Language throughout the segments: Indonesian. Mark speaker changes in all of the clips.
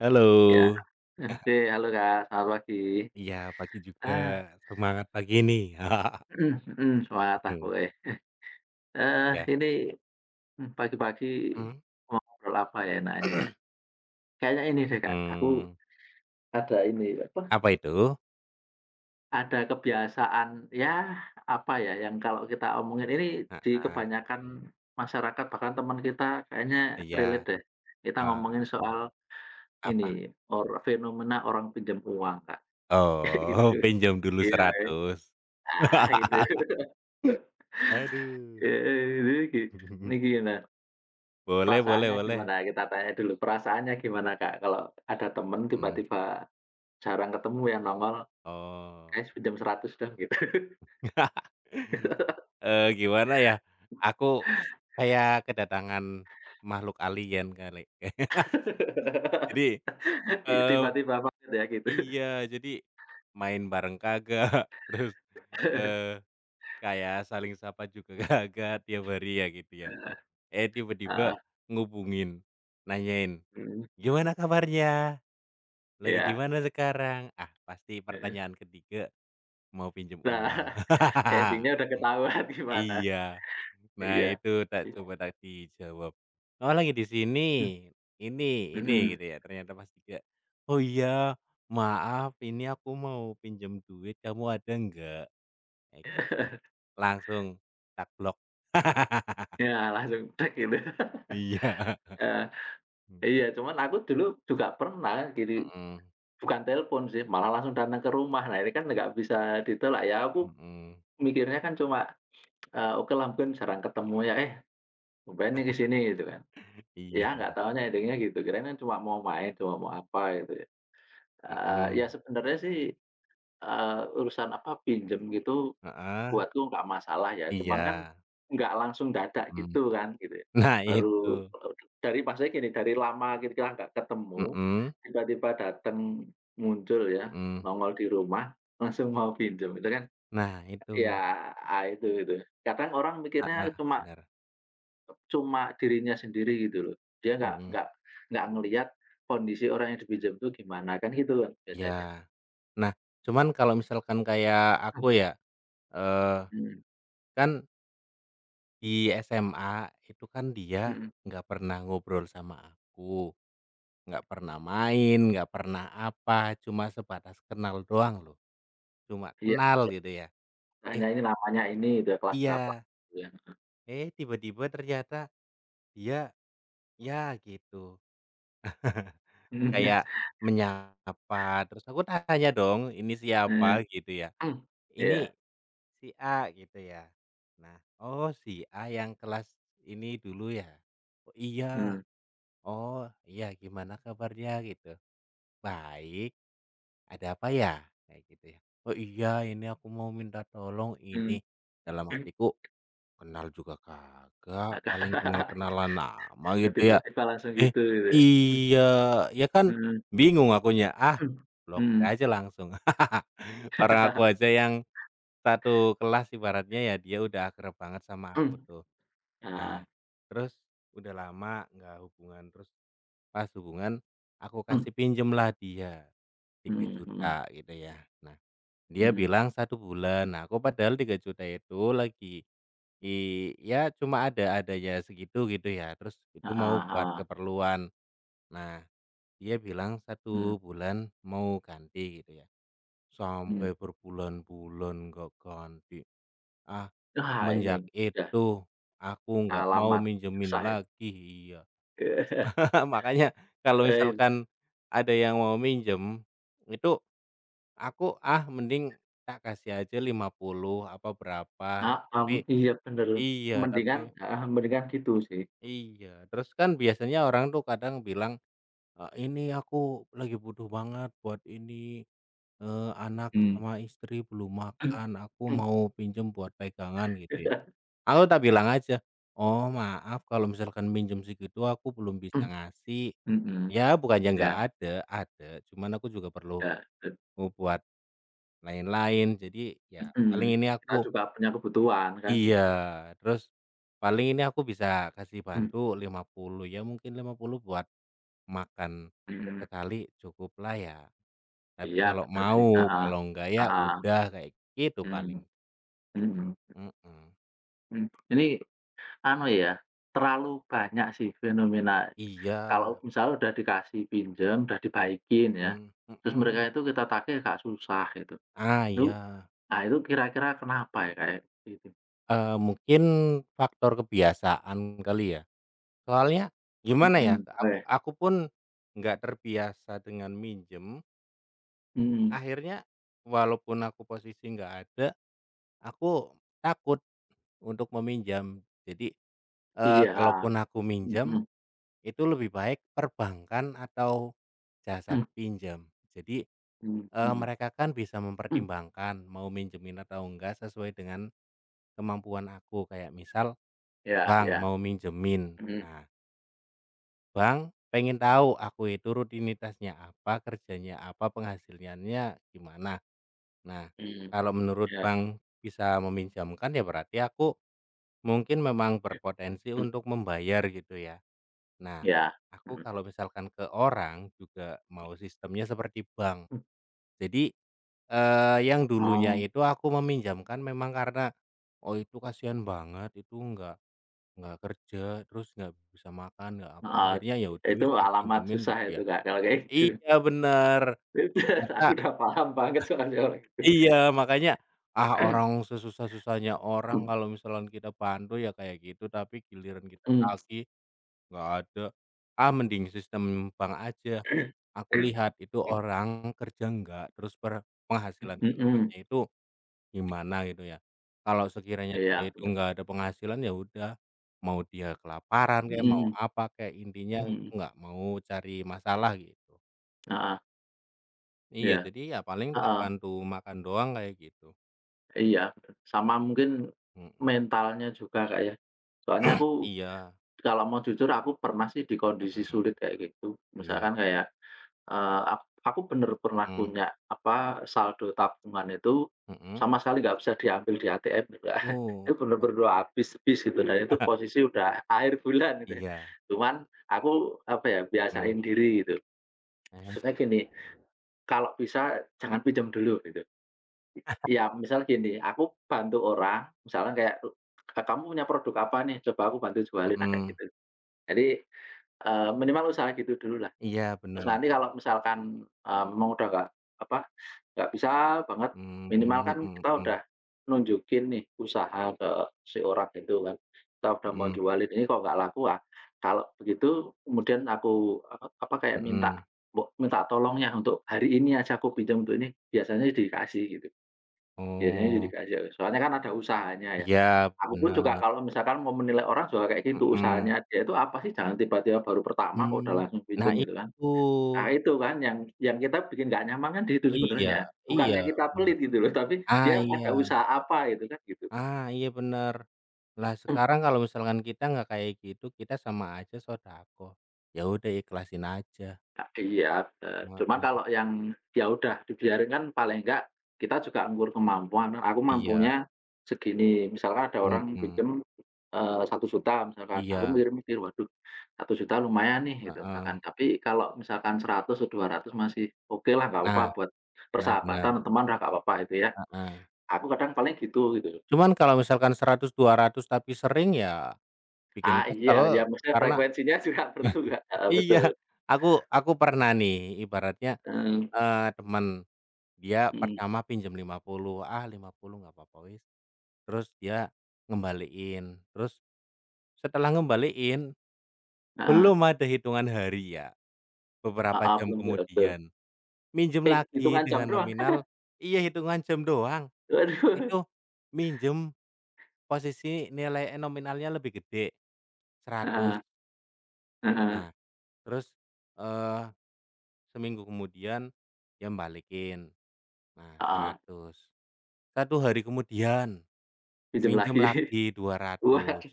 Speaker 1: Halo,
Speaker 2: Ya, oke. Halo, Kak, selamat pagi.
Speaker 1: iya pagi juga,
Speaker 2: Ah,
Speaker 1: semangat pagi nih.
Speaker 2: mhm mhm, semangat lah
Speaker 1: Mmm,
Speaker 2: pokoknya.
Speaker 1: iya,
Speaker 2: Ini, pagi-pagi
Speaker 1: mmm,
Speaker 2: mau ngobrol apa ya enaknya ya? Kayaknya ini deh, Kak, aku
Speaker 1: mmm,
Speaker 2: ada ini, apa,
Speaker 1: apa itu?
Speaker 2: ada kebiasaan, ya apa ya, yang kalau kita omongin ini di
Speaker 1: Heeh,
Speaker 2: kebanyakan masyarakat, bahkan teman kita kayaknya relate
Speaker 1: iya,
Speaker 2: deh. Kita
Speaker 1: eee,
Speaker 2: ngomongin soal ini,
Speaker 1: apa?
Speaker 2: or fenomena orang pinjam uang, Kak, kayak gitu.
Speaker 1: Oh, pinjam dulu
Speaker 2: Iya, iya.
Speaker 1: 100.
Speaker 2: Ah, gitu.
Speaker 1: Aduh.
Speaker 2: Heeh, ini gini nah.
Speaker 1: Boleh boleh
Speaker 2: Perasaannya
Speaker 1: boleh,
Speaker 2: gimana? Kita tanya dulu, perasaannya gimana, Kak, kalau ada temen
Speaker 1: mhm,
Speaker 2: tiba-tiba jarang ketemu yang nongol,
Speaker 1: oh.
Speaker 2: "Guys, pinjam 100 dong," gitu.
Speaker 1: Gimana ya, aku kayak kedatangan makhluk alien kali. Jadi, eee
Speaker 2: Tiba-tiba banget ya gitu.
Speaker 1: Iya, jadi main bareng kagak, terus, eee, kayak saling sapa juga kagak tiap hari ya gitu ya. Eh, tiba-tiba
Speaker 2: Heeh,
Speaker 1: ngubungin, nanyain,
Speaker 2: mhm,
Speaker 1: "Gimana kabarnya? Lagi di
Speaker 2: iya,
Speaker 1: mana sekarang?" Ah, pasti
Speaker 2: heeh.
Speaker 1: pertanyaan ketiga mau pinjam
Speaker 2: Nah,
Speaker 1: uang.
Speaker 2: endingnya udah ketahuan gimana.
Speaker 1: Iya. Nah
Speaker 2: Iya.
Speaker 1: itu tak
Speaker 2: I
Speaker 1: coba tak dijawab. "Oh lagi di sini, ini ini,"
Speaker 2: mhm,
Speaker 1: gitu ya. Ternyata pas juga, "Oh iya maaf ini aku mau pinjam duit kamu ada enggak? Kayak gitu ya. Langsung tak blok.
Speaker 2: iya langsung dek gitu.
Speaker 1: Iya.
Speaker 2: Heeh, iya, cuman aku dulu juga pernah gini,
Speaker 1: Mhm
Speaker 2: bukan telepon sih, malah langsung datang ke rumah. Nah, ini kan nggak bisa ditolak ya, aku
Speaker 1: mhm.
Speaker 2: mikirnya kan cuma okelah mungkin jarang ketemu ya, "Eh, tumben nih ke gitu kan." Ya
Speaker 1: Iya,
Speaker 2: nggak taunya ending-nya gitu, kirain kan cuma mau main, cuma mau apa gitu ya. Ya
Speaker 1: mhm.
Speaker 2: sebenarnya sih, urusan apa, pinjam gitu
Speaker 1: Heeh.
Speaker 2: buatku nggak masalah ya, cuman kan
Speaker 1: Iya,
Speaker 2: nggak langsung dadak
Speaker 1: mhm.
Speaker 2: gitu kan, gitu ya.
Speaker 1: Nah itu.
Speaker 2: Baru dari maksudnya gini, dari lama kita nggak ketemu,
Speaker 1: Mhm
Speaker 2: tiba-tiba dateng, muncul ya,
Speaker 1: mhm.
Speaker 2: nongol di rumah, langsung mau pinjam, itu kan
Speaker 1: Nah itu.
Speaker 2: ya, ah, itu itu. Kadang orang mikirnya
Speaker 1: Heeh,
Speaker 2: cuma
Speaker 1: bener.
Speaker 2: cuma dirinya sendiri gitu loh. Dia nggak
Speaker 1: Mhm.
Speaker 2: nggak nggak ngelihat kondisi orang yang dipinjam tuh gimana, kan gitu loh biasanya.
Speaker 1: Iya. Nah, cuman kalau misalkan kayak aku ya, eee,
Speaker 2: Mmm.
Speaker 1: kan di SMA itu kan
Speaker 2: Mhm
Speaker 1: dia
Speaker 2: mhm.
Speaker 1: nggak pernah ngobrol sama aku, nggak pernah main, nggak pernah apa, cuma sebatas kenal doang loh, cuma
Speaker 2: Iya,
Speaker 1: kenal gitu ya. Eh
Speaker 2: hanya ini namanya ini udah kelas berapa
Speaker 1: iya,
Speaker 2: gitu ya.
Speaker 1: eh tiba-tiba ternyata dia ya gitu, kayak menyapa, terus aku tanya dong, "Ini
Speaker 2: Mhm, iya.
Speaker 1: siapa?" Gitu ya.
Speaker 2: Heeh. Mmm, iya.
Speaker 1: Ini Si A gitu ya? Nah, oh si A yang kelas ini dulu ya? Oh iya,
Speaker 2: Mhm
Speaker 1: oh iya gimana kabarnya gitu? Baik, ada apa ya? Kayak gitu ya. Oh iya ini aku mau minta tolong ini, dalam
Speaker 2: mhm.
Speaker 1: hatiku kenal juga kagak, paling kenal-kenalan nama
Speaker 2: Nah,
Speaker 1: gitu ya.
Speaker 2: tiba-tiba langsung
Speaker 1: Eh
Speaker 2: gitu gitu ya.
Speaker 1: iya, ya kan
Speaker 2: Mhm
Speaker 1: bingung akunya, ah
Speaker 2: mhm.
Speaker 1: blokir
Speaker 2: Mhm.
Speaker 1: aja langsung. Orang aku aja yang satu kelas ibaratnya ya, dia udah akrab banget sama aku tuh. Nah,
Speaker 2: Heeh.
Speaker 1: terus udah lama nggak hubungan, terus pas hubungan aku
Speaker 2: Mmm,
Speaker 1: kasih pinjem lah dia tiga
Speaker 2: mhm mhm
Speaker 1: juta gitu ya. Nah, dia
Speaker 2: mhm.
Speaker 1: bilang satu bulan. Nah, aku padahal tiga juta itu lagi ya cuma ada-adanya segitu gitu ya, terus itu
Speaker 2: Heeh
Speaker 1: mau buat
Speaker 2: heeh.
Speaker 1: keperluan. Nah, dia bilang
Speaker 2: Mhm
Speaker 1: satu bulan mau ganti gitu ya, sampai
Speaker 2: mhm.
Speaker 1: berbulan-bulan nggak ganti. Ah,
Speaker 2: Wah ini,
Speaker 1: semenjak
Speaker 2: udah
Speaker 1: itu aku nggak mau
Speaker 2: alamat
Speaker 1: minjemin
Speaker 2: susah itu.
Speaker 1: lagi, iya.
Speaker 2: Eee,
Speaker 1: Makanya kalau misalkan ada yang mau minjem, itu aku, ah, mending tak kasih aja 50 apa berapa,
Speaker 2: heeh, iya bener. Mendingan
Speaker 1: tapi
Speaker 2: heeh, mendingan gitu sih.
Speaker 1: iya, terus kan biasanya orang tuh kadang bilang, "Ini aku lagi butuh banget buat ini, anak
Speaker 2: Mmm.
Speaker 1: sama istri belum makan, aku mau pinjem buat pegangan," gitu ya. Aku tak bilang aja, "Oh maaf kalau misalkan minjem segitu aku belum bisa ngasih."
Speaker 2: Mhm,
Speaker 1: Ya bukannya nggak
Speaker 2: ya
Speaker 1: ada, ada, cuman aku juga perlu
Speaker 2: ya, eee,
Speaker 1: ngebuat lain-lain. Jadi ya
Speaker 2: mhm.
Speaker 1: paling ini
Speaker 2: Kita
Speaker 1: aku
Speaker 2: juga punya kebutuhan kan
Speaker 1: iya,
Speaker 2: gitu.
Speaker 1: terus paling ini aku bisa kasih
Speaker 2: Mmm,
Speaker 1: bantu 50 ya mungkin 50 buat makan
Speaker 2: mhm.
Speaker 1: sekali cukuplah ya. Tapi
Speaker 2: Iya
Speaker 1: kalau
Speaker 2: bener sih,
Speaker 1: mau,
Speaker 2: heeh,
Speaker 1: kalau enggak ya
Speaker 2: heeh,
Speaker 1: udah kayak gitu paling.
Speaker 2: mhm, mhm,
Speaker 1: Mhm.
Speaker 2: mmm. Ini anu ya, terlalu banyak sih fenomena
Speaker 1: Iya,
Speaker 2: kalau misalnya udah dikasih pinjam, udah dibaikin ya,
Speaker 1: mmm,
Speaker 2: terus
Speaker 1: mhm.
Speaker 2: mereka itu kita tagih agak susah gitu.
Speaker 1: Ah,
Speaker 2: Itu
Speaker 1: iya.
Speaker 2: ah, itu kira-kira kenapa ya, kayak ya? Itu.
Speaker 1: Mungkin faktor kebiasaan kali ya. Soalnya gimana ya,
Speaker 2: Mhm, boleh.
Speaker 1: aku pun nggak terbiasa dengan minjem,
Speaker 2: Mhm.
Speaker 1: akhirnya walaupun aku posisi nggak ada, aku takut untuk meminjam. Jadi,
Speaker 2: Iya, heeh.
Speaker 1: kalaupun aku minjem,
Speaker 2: Mhm.
Speaker 1: itu lebih baik perbankan atau jasa pinjam. Jadi,
Speaker 2: Mhm mhm.
Speaker 1: mereka kan bisa
Speaker 2: Mhm,
Speaker 1: mempertimbangkan mau minjemin atau enggak sesuai dengan kemampuan aku, kayak misal
Speaker 2: iya
Speaker 1: bank
Speaker 2: iya.
Speaker 1: mau minjemin,
Speaker 2: Mhm
Speaker 1: nah Bang, pengen tahu aku itu rutinitasnya apa, kerjanya apa, penghasilannya gimana. Nah,
Speaker 2: mhm.
Speaker 1: kalau menurut
Speaker 2: Iya.
Speaker 1: Bang bisa meminjamkan ya berarti aku mungkin memang
Speaker 2: Mhm.
Speaker 1: berpotensi untuk membayar gitu ya. Nah,
Speaker 2: Iya.
Speaker 1: aku
Speaker 2: Mhm.
Speaker 1: kalau misalkan ke orang juga mau sistemnya seperti bank.
Speaker 2: Mhm,
Speaker 1: Jadi, yang dulunya
Speaker 2: oh,
Speaker 1: itu aku meminjamkan memang karena, "Oh itu kasihan banget, itu nggak kerja, terus nggak bisa makan, nggak apa."
Speaker 2: heeh.
Speaker 1: Akhirnya ya udah
Speaker 2: Itu
Speaker 1: wis tak
Speaker 2: alamat
Speaker 1: pinjemin
Speaker 2: susah
Speaker 1: gitu
Speaker 2: itu,
Speaker 1: ya.
Speaker 2: Kak, kalau kayak gitu.
Speaker 1: Iya bener, ternyata
Speaker 2: Aku udah paham banget soalnya kalau gitu.
Speaker 1: iya makanya, ah, orang sesusah-susahnya orang
Speaker 2: Mhm.
Speaker 1: kalau misalkan kita bantu ya kayak gitu tapi giliran kita tagih nggak ada, ah, mending sistem bank aja, aku lihat itu orang kerja nggak terus per penghasilan ke
Speaker 2: Mhm.
Speaker 1: depannya itu gimana gitu ya, kalau sekiranya dia
Speaker 2: Iya,
Speaker 1: itu
Speaker 2: bener.
Speaker 1: nggak ada penghasilan ya udah, mau dia kelaparan kek, mau
Speaker 2: Mhm
Speaker 1: apa kek, intinya
Speaker 2: mhm.
Speaker 1: nggak mau cari masalah gitu.
Speaker 2: Heeh,
Speaker 1: Iya,
Speaker 2: iya.
Speaker 1: jadi ya paling
Speaker 2: Heeh.
Speaker 1: terbantu makan doang kayak gitu.
Speaker 2: Iya, bener. Sama mungkin
Speaker 1: Mhm,
Speaker 2: mentalnya juga, Kak, ya. Soalnya aku
Speaker 1: iya,
Speaker 2: kalau mau jujur aku pernah sih di kondisi
Speaker 1: mhm,
Speaker 2: sulit kayak gitu.
Speaker 1: iya,
Speaker 2: Misalkan kayak, eee, ak aku bener pernah
Speaker 1: mhm,
Speaker 2: punya, apa, saldo tabungan itu
Speaker 1: mhm.
Speaker 2: sama sekali nggak bisa diambil di ATM tuh, Kak.
Speaker 1: Oh,
Speaker 2: Itu
Speaker 1: wah,
Speaker 2: bener-bener habis habis gitu dan itu posisi udah akhir bulan gitu ya.
Speaker 1: iya,
Speaker 2: Cuman aku, apa ya,
Speaker 1: mhm,
Speaker 2: biasain diri gitu.
Speaker 1: eh,
Speaker 2: Maksudnya gini, kalau bisa jangan pinjam dulu gitu. Ya misal gini, aku bantu orang, misalnya kayak, "Kamu punya produk apa nih? Coba aku bantu jualin." Nah, kayak
Speaker 1: mhm,
Speaker 2: gitu. Jadi, minimal usaha gitu dululah.
Speaker 1: iya
Speaker 2: Terus
Speaker 1: bener,
Speaker 2: nanti kalau misalkan, memang udah nggak apa, nggak bisa banget,
Speaker 1: mmm,
Speaker 2: minimal kan
Speaker 1: mhm
Speaker 2: kita
Speaker 1: mhm,
Speaker 2: udah nunjukin nih usaha ke si orang itu kan. Kita udah mau
Speaker 1: mhm
Speaker 2: jualin, "Ini kok nggak laku ah." Kalau begitu kemudian aku apa apa, kayak minta
Speaker 1: mhm.
Speaker 2: minta tolongnya untuk, "Hari ini aja aku pinjam untuk ini." Biasanya dikasih gitu. Biasanya jadi
Speaker 1: Oh,
Speaker 2: kasir, soalnya kan ada usahanya ya.
Speaker 1: iya
Speaker 2: Aku pun juga
Speaker 1: bener,
Speaker 2: kalau misalkan mau menilai orang juga kayak gitu,
Speaker 1: mhm,
Speaker 2: usahanya dia itu apa sih, jangan tiba-tiba baru pertama kok udah
Speaker 1: mmm,
Speaker 2: langsung
Speaker 1: nah
Speaker 2: pinjam gitu kan.
Speaker 1: itu,
Speaker 2: Ah, itu kan yang kita bikin nggak nyaman kan di situ
Speaker 1: iya
Speaker 2: sebenarnya,
Speaker 1: iya
Speaker 2: bukannya kita
Speaker 1: bener,
Speaker 2: pelit gitu loh, tapi
Speaker 1: ah,
Speaker 2: dia
Speaker 1: iya.
Speaker 2: ada usaha apa gitu kan, gitu.
Speaker 1: Ah, iya bener. Lah sekarang kalau misalkan kita nggak kayak gitu, kita sama aja shodaqah. Ya udah ikhlasin aja.
Speaker 2: Iya, cuma
Speaker 1: Heeh,
Speaker 2: kalau yang ya udah dibiarin kan paling enggak kita juga ngukur kemampuan, aku
Speaker 1: iya,
Speaker 2: mampunya segini, misalkan ada orang
Speaker 1: mhm,
Speaker 2: pinjem, 1 juta, misalkan, aku
Speaker 1: iya,
Speaker 2: mikir-mikir, "Waduh, 1.000.000 lumayan nih," gitu
Speaker 1: heeh.
Speaker 2: misalkan. Tapi kalau misalkan 100, atau 200 masih okelah nggak apa-apa
Speaker 1: Nah
Speaker 2: buat
Speaker 1: nah, benar
Speaker 2: persahabatan teman udah nggak apa-apa itu ya.
Speaker 1: heeh.
Speaker 2: Aku kadang paling gitu, gitu loh.
Speaker 1: Cuman kalau misalkan seratus dua ratus tapi sering ya bikin
Speaker 2: Ah, iya iya,
Speaker 1: kesel
Speaker 2: maksudnya
Speaker 1: karena
Speaker 2: frekuensinya juga perlu Kak, heeh, betul.
Speaker 1: iya, aku aku pernah nih ibaratnya,
Speaker 2: Heeh,
Speaker 1: temen, dia
Speaker 2: mhm,
Speaker 1: pertama pinjam 50 ah, 50 nggak apa-apa wis, terus dia ngembaliin, terus Setelah ngembaliin,
Speaker 2: heeh,
Speaker 1: belum ada hitungan hari ya, beberapa
Speaker 2: heeh,
Speaker 1: jam
Speaker 2: belum ke betul.
Speaker 1: kemudian, minjem
Speaker 2: Eh,
Speaker 1: lagi
Speaker 2: hitungan jam
Speaker 1: dengan
Speaker 2: doang.
Speaker 1: nominal iya hitungan jam doang,
Speaker 2: Waduh,
Speaker 1: itu minjem posisi nilai nominalnya lebih gede, 100
Speaker 2: heeh heeh,
Speaker 1: Nah, terus, eee, seminggu kemudian dia balikin, nah
Speaker 2: heeh,
Speaker 1: seratus satu hari kemudian
Speaker 2: pinjam
Speaker 1: minjem
Speaker 2: lagi.
Speaker 1: lagi dua ratus
Speaker 2: Waduh,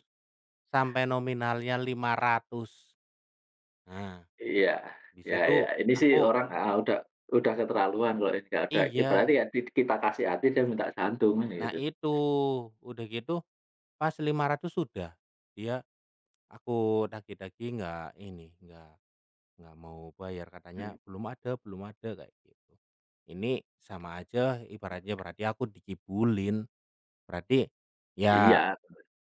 Speaker 1: sampai nominalnya 500 Nah,
Speaker 2: iya,
Speaker 1: di
Speaker 2: iya iya,
Speaker 1: situ
Speaker 2: ini sih
Speaker 1: aku
Speaker 2: orang, udah keterlaluan kalau ini nggak ada
Speaker 1: iya.
Speaker 2: ibaratnya ya di kita kasih hati dia minta jantung kan
Speaker 1: Nah
Speaker 2: gitu.
Speaker 1: itu, udah gitu pas 500 sudah, dia aku daki daki nggak ini, nggak mau bayar katanya,
Speaker 2: Mmm,
Speaker 1: "Belum ada belum ada," kayak gitu. Ini sama aja ibaratnya berarti aku dikibulin, berarti ya
Speaker 2: iya,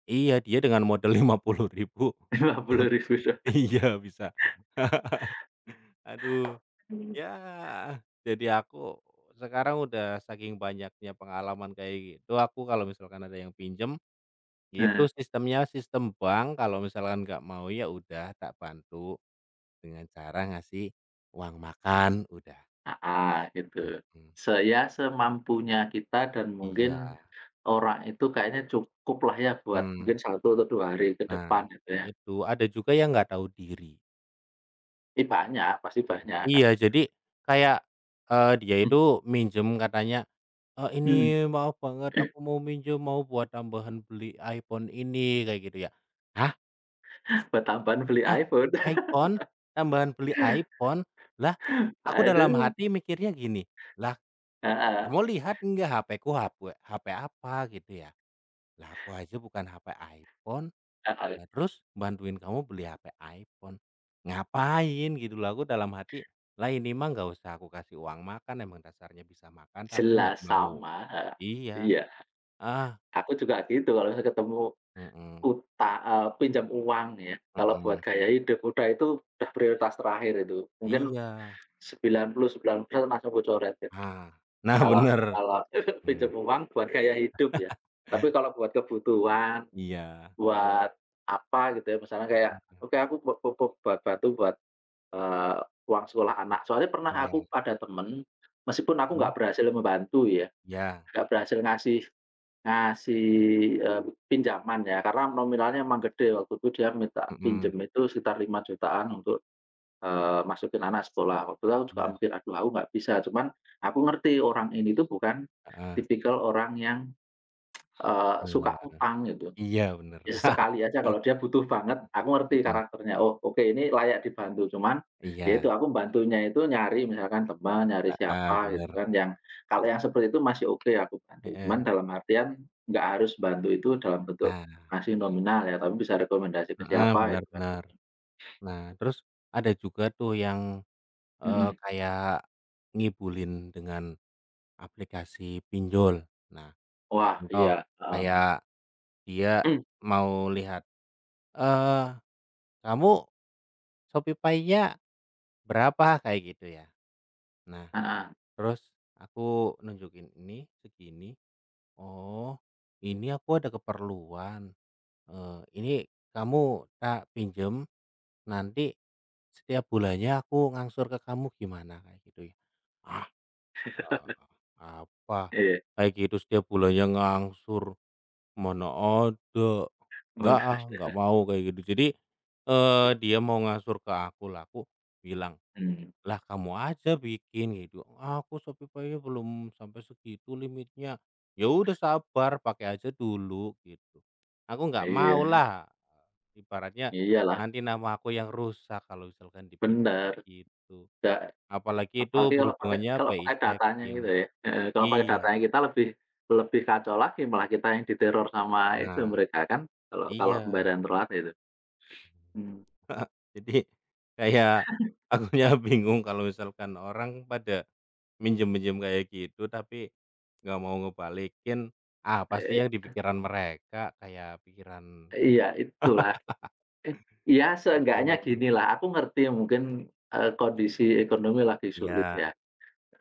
Speaker 1: iya dia dengan modal rp ribu
Speaker 2: Rp50.000 doang.
Speaker 1: iya bisa. Aduh ya jadi aku sekarang udah saking banyaknya pengalaman kayak gitu, aku kalau misalkan ada yang pinjam Itu
Speaker 2: Nah,
Speaker 1: sistemnya sistem bank, kalau misalkan nggak mau ya udah tak bantu dengan cara ngasih uang makan, udah.
Speaker 2: heeh, gitu.
Speaker 1: Mhm.
Speaker 2: Se ya semampunya kita dan
Speaker 1: Iya,
Speaker 2: mungkin orang itu kayaknya cukuplah ya buat
Speaker 1: mmm.
Speaker 2: mungkin satu atau 2 hari ke
Speaker 1: Nah,
Speaker 2: depan gitu ya.
Speaker 1: itu. Ada juga yang nggak tahu diri.
Speaker 2: Ih banyak, pasti banyak.
Speaker 1: Iya, jadi kayak, dia
Speaker 2: Mhm,
Speaker 1: itu minjem katanya,
Speaker 2: mhm,
Speaker 1: ini maaf banget aku mau minjem, mau buat tambahan beli iPhone ini," kayak gitu ya. "Hah?
Speaker 2: buat tambahan beli
Speaker 1: Ah,
Speaker 2: iPhone.
Speaker 1: iPhone? Tambahan beli iPhone? Lah, aku dalam
Speaker 2: Aduh,
Speaker 1: hati mikirnya gini, "Lah,
Speaker 2: heeh
Speaker 1: kamu lihat nggak HP-ku HP, HP apa?" Gitu ya. Lah, aku aja bukan HP iPhone,
Speaker 2: heeh,
Speaker 1: lah terus bantuin kamu beli HP iPhone, ngapain gitu loh. Aku dalam hati, "Lah ini mah nggak usah aku kasih uang makan, emang dasarnya bisa makan tapi nggak
Speaker 2: jelas
Speaker 1: mau"
Speaker 2: sama, heeh,
Speaker 1: iya.
Speaker 2: iya.
Speaker 1: Ah,
Speaker 2: Aku juga gitu kalau misalnya ketemu
Speaker 1: mhm
Speaker 2: pinjam uang ya, kalau buat
Speaker 1: mhm.
Speaker 2: gaya hidup, udah itu udah prioritas terakhir itu. Mungkin
Speaker 1: Iya.
Speaker 2: 99% langsung ku coret gitu.
Speaker 1: Ah, nah
Speaker 2: Kalau
Speaker 1: bener.
Speaker 2: kalau
Speaker 1: Mmm.
Speaker 2: pinjam uang buat gaya hidup ya. Tapi kalau buat kebutuhan,
Speaker 1: Iya,
Speaker 2: buat apa gitu ya, misalnya kayak,
Speaker 1: heeh
Speaker 2: oke aku bo bo bo buat bantu buat, eee, uang sekolah anak. Soalnya pernah
Speaker 1: iya,
Speaker 2: aku ada temen, meskipun aku
Speaker 1: mhm,
Speaker 2: nggak berhasil membantu ya
Speaker 1: iya,
Speaker 2: nggak berhasil ngasih ngasih, pinjaman ya, karena nominalnya emang gede, waktu itu dia minta
Speaker 1: mhm,
Speaker 2: pinjam itu sekitar 5 jutaan untuk, masukin anak sekolah. Waktu itu aku juga
Speaker 1: iya,
Speaker 2: mikir, "Aduh aku nggak bisa," cuman aku ngerti orang ini tuh bukan
Speaker 1: heeh,
Speaker 2: tipikal orang yang, suka
Speaker 1: gelap,
Speaker 2: utang gitu.
Speaker 1: iya bener,
Speaker 2: Ya sesekali aja kalau dia butuh banget, aku ngerti
Speaker 1: mhm,
Speaker 2: karakternya, oh oke ini layak dibantu. Cuman, ya itu
Speaker 1: iya,
Speaker 2: aku bantunya itu nyari misalkan teman, nyari
Speaker 1: heeh,
Speaker 2: siapa gitu
Speaker 1: bener,
Speaker 2: kan yang kalau yang seperti itu masih oke aku bantu. Cuman
Speaker 1: heeh,
Speaker 2: dalam artian nggak harus bantu itu dalam bentuk
Speaker 1: nah
Speaker 2: ngasih nominal ya, tapi bisa rekomendasi ke
Speaker 1: heeh,
Speaker 2: siapa
Speaker 1: bener
Speaker 2: gitu kan.
Speaker 1: bener. Nah terus ada juga tuh yang,
Speaker 2: Mhm.
Speaker 1: kayak ngibulin dengan aplikasi pinjol. Nah
Speaker 2: Wah
Speaker 1: contoh
Speaker 2: iya, heeh.
Speaker 1: kayak dia
Speaker 2: Mmm,
Speaker 1: mau lihat, eee, "Kamu Shopee-nya berapa?" Kayak gitu ya. Nah
Speaker 2: heeh,
Speaker 1: Terus aku nunjukin ini, segini, "Oh, ini aku ada keperluan, ini kamu tak pinjem, nanti setiap bulannya aku ngangsur ke kamu gimana?" Kayak gitu ya. Ah, eee, apa
Speaker 2: iya.
Speaker 1: kayak gitu setiap bulannya ngangsur, mana ada, nggak ah,
Speaker 2: Bener
Speaker 1: nggak
Speaker 2: sih.
Speaker 1: mau," kayak gitu. Jadi, dia mau ngangsur ke aku, lah aku bilang
Speaker 2: Mmm,
Speaker 1: lah kamu aja bikin gitu, Ah, "Aku Shopee-nya belum sampai segitu limitnya." Ya udah sabar, pakai aja dulu gitu. Aku nggak
Speaker 2: iya.
Speaker 1: maulah, ibaratnya
Speaker 2: Iya
Speaker 1: nanti nama aku yang rusak kalau misalkan dipinjam
Speaker 2: bener,
Speaker 1: gitu.
Speaker 2: da
Speaker 1: Apalagi itu
Speaker 2: apalagi
Speaker 1: berhubungannya
Speaker 2: kalau
Speaker 1: pay
Speaker 2: pakai
Speaker 1: is
Speaker 2: datanya gitu
Speaker 1: checking.
Speaker 2: ya, heeh, kalau pakai
Speaker 1: Iya,
Speaker 2: datanya kita lebih lebih kacau lagi, malah kita yang diteror sama itu
Speaker 1: nah
Speaker 2: mereka kan, kalau kalau
Speaker 1: iya.
Speaker 2: pembayaran telat itu. Mmm.
Speaker 1: Heeh. Jadi kayak akunya bingung kalau misalkan orang pada minjem-minjem kayak gitu, tapi nggak mau ngebalikin, apa sih
Speaker 2: Eee,
Speaker 1: yang di pikiran mereka, kayak pikiran
Speaker 2: iya itulah, eh, ya seenggaknya
Speaker 1: aduh,
Speaker 2: ginilah, aku ngerti mungkin, kondisi ekonomi lagi sulit
Speaker 1: iya,
Speaker 2: ya.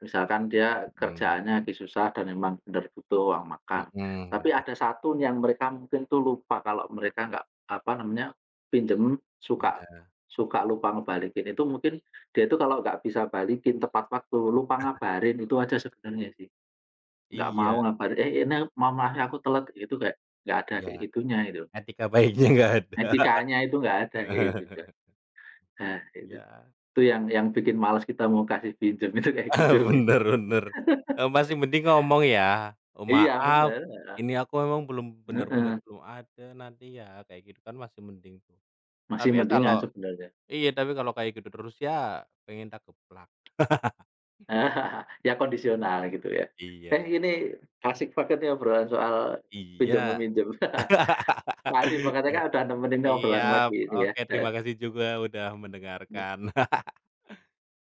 Speaker 2: Misalkan dia
Speaker 1: mhm,
Speaker 2: kerjaannya lagi susah dan memang benar butuh uang makan.
Speaker 1: mhm,
Speaker 2: Tapi
Speaker 1: benar,
Speaker 2: ada satu yang mereka mungkin tuh lupa kalau mereka nggak, apa namanya, pinjem suka
Speaker 1: iya
Speaker 2: suka lupa ngebalikin. Itu mungkin dia itu kalau nggak bisa balikin tepat waktu, lupa ngabarin, itu aja sebenarnya sih. Nggak mau
Speaker 1: iya
Speaker 2: ngabarin, "Eh, ini mohon maaf ya aku telat," itu kayak nggak ada
Speaker 1: iya,
Speaker 2: kayak gitunya itu.
Speaker 1: etika baiknya nggak ada.
Speaker 2: Etikanya itu nggak ada kayak gitu, Kak. Nah, itu.
Speaker 1: Iya.
Speaker 2: Itu yang bikin malas kita mau kasih pinjam itu kayak gitu.
Speaker 1: Bener bener, masih mending ngomong ya, "Oh
Speaker 2: Iya
Speaker 1: maaf,
Speaker 2: benar.
Speaker 1: ini aku memang belum bener-bener
Speaker 2: Heeh.
Speaker 1: belum ada nanti ya," kayak gitu kan masih mending tuh.
Speaker 2: Masih
Speaker 1: Tapi ya
Speaker 2: mendingan
Speaker 1: kalau
Speaker 2: sebenarnya.
Speaker 1: iya, tapi kalau kayak gitu terus ya pengen tak geplak.
Speaker 2: Ya kondisional gitu ya. Eh,
Speaker 1: Iya
Speaker 2: ini asik banget nih obrolan soal pinjam
Speaker 1: iya.
Speaker 2: meminjam. Asik banget ya Kak, udah nemenin obrolan
Speaker 1: Siap,
Speaker 2: pagi ini ya,
Speaker 1: oke terima kasih juga udah mendengarkan.